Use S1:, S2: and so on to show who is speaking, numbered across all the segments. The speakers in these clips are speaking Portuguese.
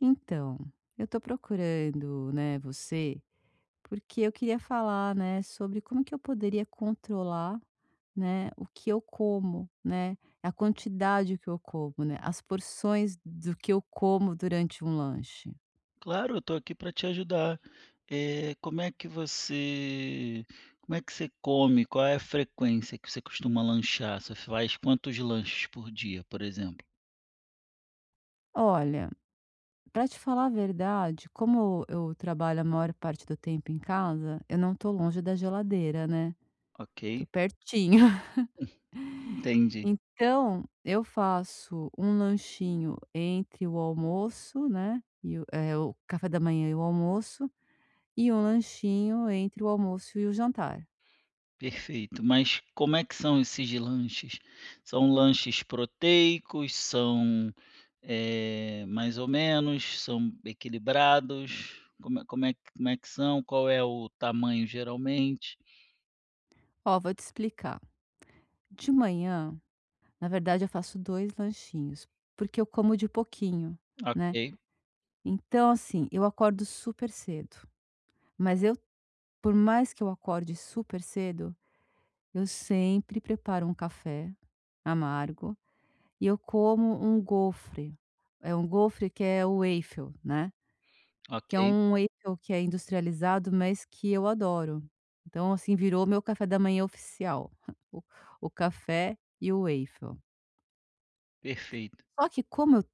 S1: Então, eu tô procurando, né, você, porque eu queria falar, né, sobre como que eu poderia controlar, né, o que eu como, né, a quantidade que eu como, né, as porções do que eu como durante um lanche.
S2: Claro, eu estou aqui para te ajudar. Eh, como é que você como é que você come? Qual é a frequência que você costuma lanchar? Você faz quantos lanches por dia, por exemplo?
S1: Olha, pra te falar a verdade, como eu trabalho a maior parte do tempo em casa, eu não tô longe da geladeira, né? Tô
S2: Ok,
S1: pertinho.
S2: entendi.
S1: Então, eu faço um lanchinho entre o almoço, né, e o o café da manhã e o almoço, e um lanchinho entre o almoço e o jantar.
S2: Perfeito. Mas como é que são esses lanches? São lanches proteicos? São, mais ou menos? São equilibrados? Como é que são? Qual é o tamanho geralmente?
S1: Ó, vou te explicar. De manhã, na verdade, eu faço 2 lanchinhos, porque eu como de pouquinho, né.
S2: Ok,
S1: Então, assim, eu acordo super cedo, mas eu por mais que eu acorde super cedo, eu sempre preparo um café amargo. E eu como um gofre, é um gofre que é o waffle, né, que é
S2: ok,
S1: um waffle que é industrializado, mas que eu adoro. Então, assim, virou meu café da manhã oficial, o o café e o waffle.
S2: perfeito.
S1: Só que como eu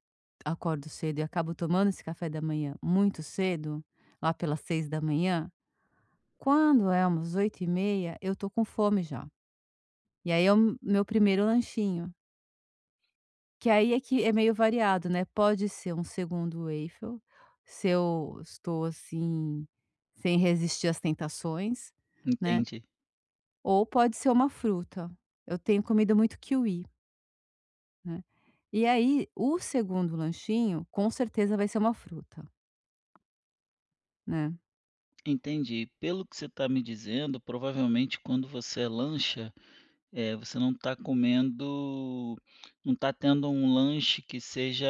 S1: acordo cedo e acabo tomando esse café da manhã muito cedo, lá pelas 6 da manhã, quando é umas 8:30 eu tô com fome já. E aí é o meu primeiro lanchinho. Que aí é que é meio variado, né, pode ser um segundo Eiffel, se eu estou, assim, sem resistir às tentações, né,
S2: Entendi.
S1: ou pode ser uma fruta. Eu tenho comido muito kiwi, né. E aí, o segundo lanchinho, com certeza vai ser uma fruta, né.
S2: Entendi. Pelo que você está me dizendo, provavelmente quando você lancha, você não está tendo um lanche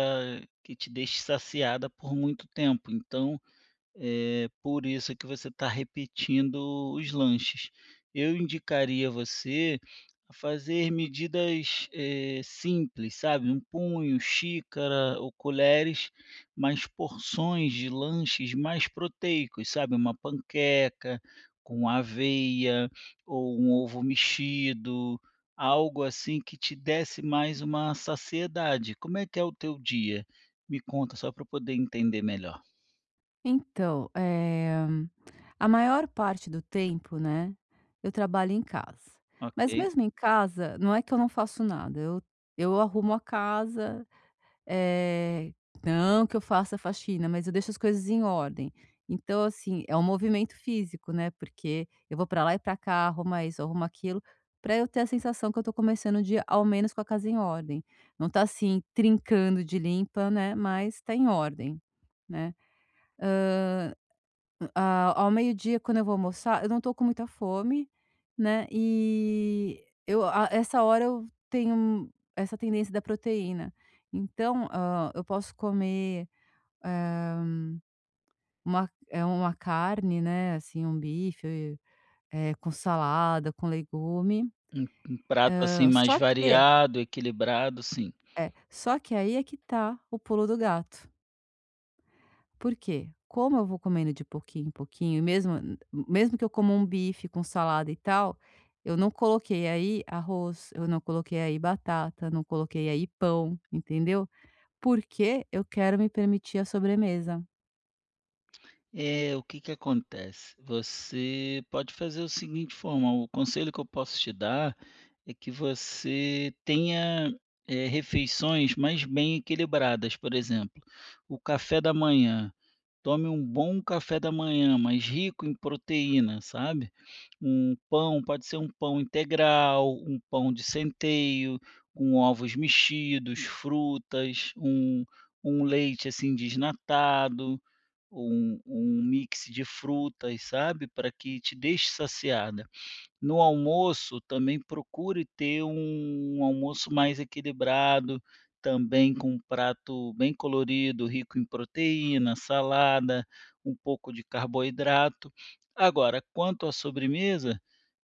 S2: que te deixe saciada por muito tempo. Então, é por isso que você está repetindo os lanches. Eu indicaria você a fazer medidas, simples, sabe, um punho, xícara ou colheres, mas porções de lanches mais proteicos, sabe, uma panqueca com aveia ou um ovo mexido, algo assim que te desse mais uma saciedade. Como é que é o teu dia? Me conta só para poder entender melhor,
S1: Então, a maior parte do tempo, né, eu trabalho em casa. Mas
S2: ok?
S1: mesmo em casa, não é que eu não faço nada, eu arrumo a casa. Eh, não que eu faça faxina, mas eu deixo as coisas em ordem. Então, assim, é um movimento físico, né, porque eu vou pra lá e pra cá, arrumo isso, arrumo aquilo, pra eu ter a sensação que eu tô começando o dia, ao menos, com a casa em ordem. Não tá, assim, trincando de limpa, né, mas tá em ordem, né. Ah, ao meio-dia, quando eu vou almoçar, eu não tô com muita fome, né, e eu a essa hora eu tenho essa tendência da proteína. Então, eu posso comer eh, uma é uma carne, né, assim, um bife, com salada, com legume.
S2: Um prato, assim, mais
S1: Só que
S2: variado, equilibrado, sim.
S1: só que aí é que tá o pulo do gato. Por quê? Como eu vou comendo de pouquinho em pouquinho, e mesmo que eu coma um bife com salada e tal, eu não coloquei aí arroz, eu não coloquei aí batata, não coloquei aí pão, entendeu? Porque eu quero me permitir a sobremesa.
S2: É, o que que acontece? Você pode fazer o seguinte forma, o conselho que eu posso te dar é que você tenha, refeições mais bem equilibradas, por exemplo, o café da manhã, tome um bom café da manhã, mas rico em proteína, sabe. Um pão, pode ser um pão integral, um pão de centeio, com ovos mexidos, frutas, um leite, assim, desnatado um mix de frutas, sabe, para que te deixe saciada. No almoço, também procure ter um almoço mais equilibrado, também com um prato bem colorido, rico em proteína, salada, um pouco de carboidrato. Agora, quanto à sobremesa,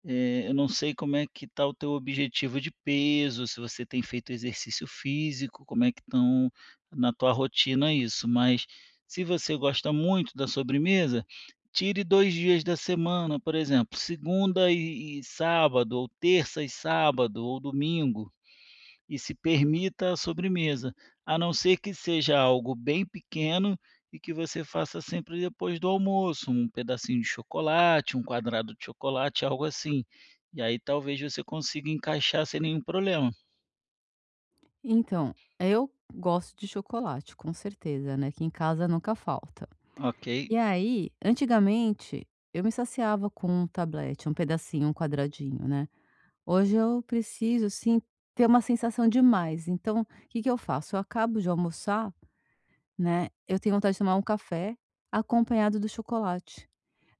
S2: eu não sei como é que está o teu objetivo de peso, se você tem feito exercício físico, como é que estão na tua rotina isso, mas se você gosta muito da sobremesa, tire 2 dias da semana, por exemplo, segunda e sábado, ou terça e sábado, ou domingo e se permita a sobremesa, a não ser que seja algo bem pequeno e que você faça sempre depois do almoço, um pedacinho de chocolate, um quadrado de chocolate, algo assim. E aí talvez você consiga encaixar sem nenhum problema.
S1: Então, eu gosto de chocolate, com certeza, né, que em casa nunca falta.
S2: Ok,
S1: E aí, antigamente, eu me saciava com um tablete, um pedacinho, um quadradinho, né. Hoje eu preciso, sim, ter uma sensação de mais, então, o que que eu faço? Eu acabo de almoçar, né, eu tenho vontade de tomar um café acompanhado do chocolate.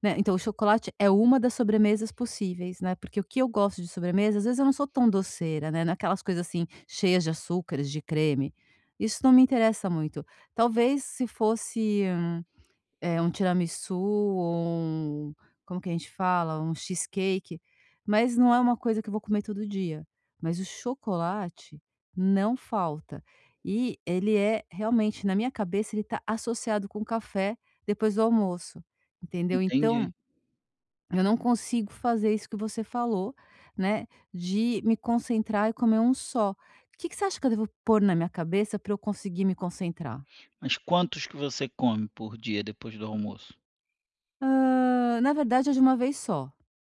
S1: Né, então o chocolate é uma das sobremesas possíveis, né, porque o que eu gosto de sobremesa, às vezes eu não sou tão doceira, né, não é coisas, assim, cheias de açúcares, de creme, isso não me interessa muito. Talvez se fosse, um tiramisu ou um como que a gente fala? Um cheesecake, mas não é uma coisa que eu vou comer todo dia. Mas o chocolate não falta. E ele é realmente, na minha cabeça, ele está associado com café depois do almoço, entendeu? Então
S2: entendi.
S1: eu não consigo fazer isso que você falou, né, de me concentrar e comer um só. O Que que você acha que eu devo pôr na minha cabeça para eu conseguir me concentrar?
S2: Mas quantos que você come por dia depois do almoço?
S1: Na verdade é de uma vez só,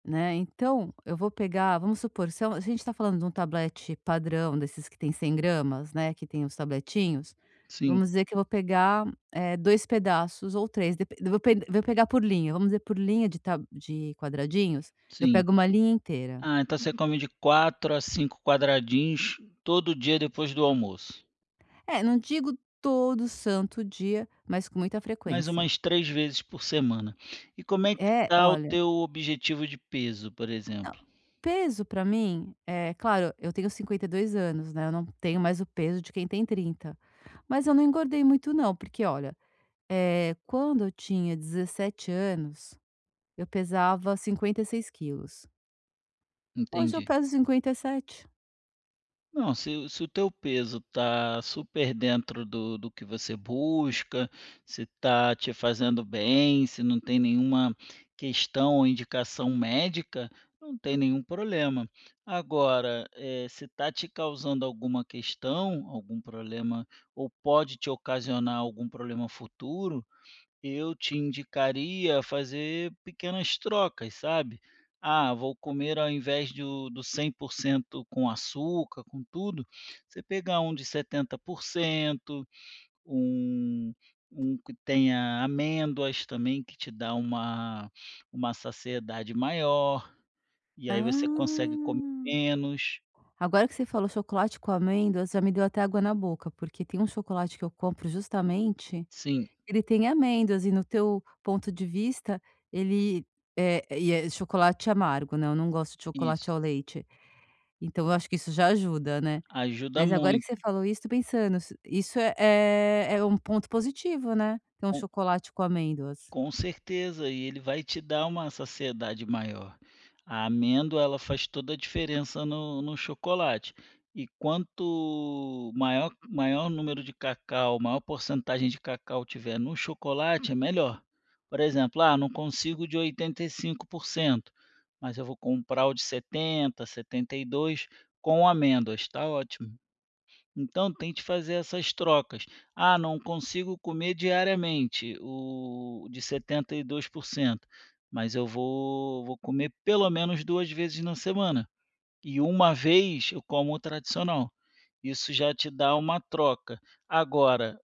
S1: né, então eu vou pegar, vamos supor, se é se a gente está falando de um tablete padrão desses que tem 100 gramas, né, que tem os tabletinhos,
S2: Sim,
S1: vamos dizer que eu vou pegar, 2 pedaços ou 3, depen vou pegar por linha, vamos dizer por linha de quadradinhos, eu
S2: sim.
S1: pego uma linha inteira.
S2: Ah, então você come de 4 a 5 quadradinhos todo dia depois do almoço.
S1: É, não digo todo santo dia, mas com muita
S2: Mais
S1: frequência.
S2: umas 3 vezes por semana. E como é que
S1: É,
S2: está o
S1: olha,
S2: teu objetivo de peso, por
S1: não,
S2: exemplo?
S1: peso pra mim, é claro, eu tenho 52 anos, né, eu não tenho mais o peso de quem tem 30. Mas eu não engordei muito não, porque olha, quando eu tinha 17 anos, eu pesava 56 quilos. Hoje eu
S2: Entendi.
S1: peso 57.
S2: Não, se o teu peso está super dentro do que você busca, se está te fazendo bem, se não tem nenhuma questão ou indicação médica, não tem nenhum problema. Agora, se está te causando alguma questão, algum problema, ou pode te ocasionar algum problema futuro. Eu te indicaria fazer pequenas trocas, sabe? Ah, vou comer ao invés do 100% com açúcar, com tudo, você pegar um de 70%, um, um que tenha amêndoas também, que te dá uma saciedade maior, e aí você consegue comer
S1: Ah,
S2: menos.
S1: agora que você falou chocolate com amêndoas, já me deu até água na boca, porque tem um chocolate que eu compro justamente.
S2: Sim,
S1: Ele tem amêndoas e, no teu ponto de vista, ele é chocolate amargo, né, eu não gosto de chocolate
S2: isso.
S1: ao leite, então eu acho que isso já ajuda, né.
S2: Ajuda
S1: Mas agora que você
S2: muito.
S1: falou isso, tô pensando, isso é um ponto positivo, né, ter um chocolate com amêndoas.
S2: Com certeza, e ele vai te dar uma saciedade maior. A amêndoa, ela faz toda a diferença no chocolate. E quanto maior número de cacau, maior porcentagem de cacau tiver no chocolate, é melhor. Por exemplo, ah, não consigo de 85%, mas eu vou comprar o de 70, 72 com amêndoas, tá ótimo. Então tente fazer essas trocas. Ah, não consigo comer diariamente o de 72%, mas eu vou comer pelo menos 2 vezes na semana, e uma vez eu como o tradicional. Isso já te dá uma troca. Agora,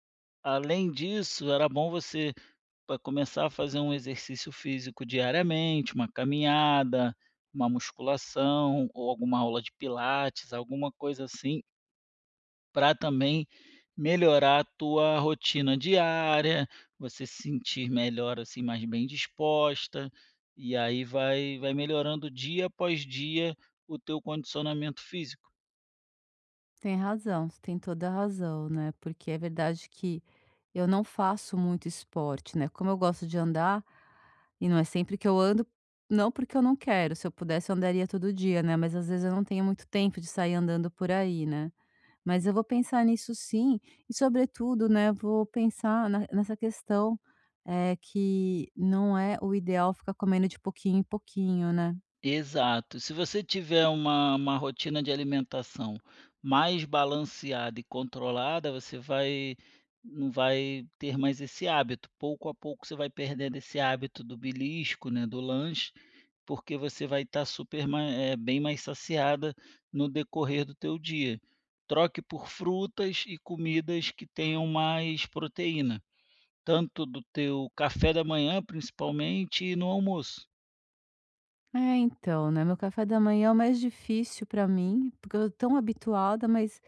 S2: além disso, era bom você pa começar a fazer um exercício físico diariamente, uma caminhada, uma musculação ou alguma aula de pilates, alguma coisa assim, para também melhorar a tua rotina diária, você se sentir melhor, assim, mais bem disposta, e aí vai melhorando dia após dia o teu condicionamento físico.
S1: Tem razão, você tem toda a razão, né, porque é verdade que eu não faço muito esporte, né, como eu gosto de andar, e não é sempre que eu ando, não porque eu não quero, se eu pudesse eu andaria todo dia, né, mas às vezes eu não tenho muito tempo de sair andando por aí, né. Mas eu vou pensar nisso sim, e sobretudo, né, vou pensar na nessa questão, é que não é o ideal ficar comendo de pouquinho em pouquinho, né.
S2: Exato. Se você tiver uma rotina de alimentação mais balanceada e controlada, você vai não vai ter mais esse hábito. Pouco a pouco você vai perdendo esse hábito do belisco, né, do lanche, porque você vai estar bem mais saciada no decorrer do teu dia. Troque por frutas e comidas que tenham mais proteína, tanto do teu café da manhã, principalmente, e no almoço.
S1: É, então, né, meu café da manhã é o mais difícil para mim, porque eu tô tão habituada, mas,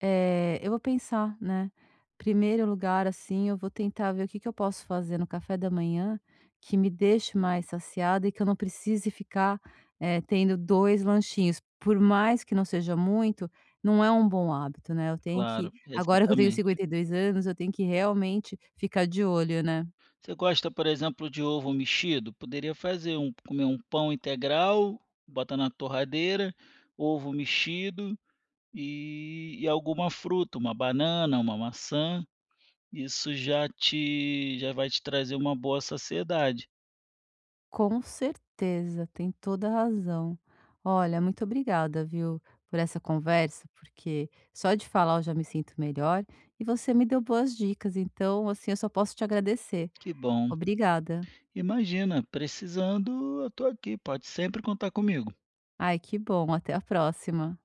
S1: eu vou pensar, né. Primeiro lugar, assim, eu vou tentar ver o que que eu posso fazer no café da manhã que me deixe mais saciada e que eu não precise ficar, tendo 2 lanchinhos. Por mais que não seja muito, não é um bom hábito, né, eu tenho que,
S2: Claro,
S1: agora que eu tenho
S2: exatamente.
S1: 52 anos, eu tenho que realmente ficar de olho, né.
S2: Você gosta, por exemplo, de ovo mexido? Poderia fazer um comer um pão integral, bota na torradeira, ovo mexido e alguma fruta, uma banana, uma maçã. Isso já vai te trazer uma boa saciedade.
S1: Com certeza, tem toda a razão. Olha, muito obrigada, viu, por essa conversa, porque só de falar eu já me sinto melhor e você me deu boas dicas, então, assim, eu só posso te agradecer.
S2: Que bom.
S1: Obrigada.
S2: Imagina, precisando, eu tô aqui, pode sempre contar comigo.
S1: Ai, que bom, até a próxima.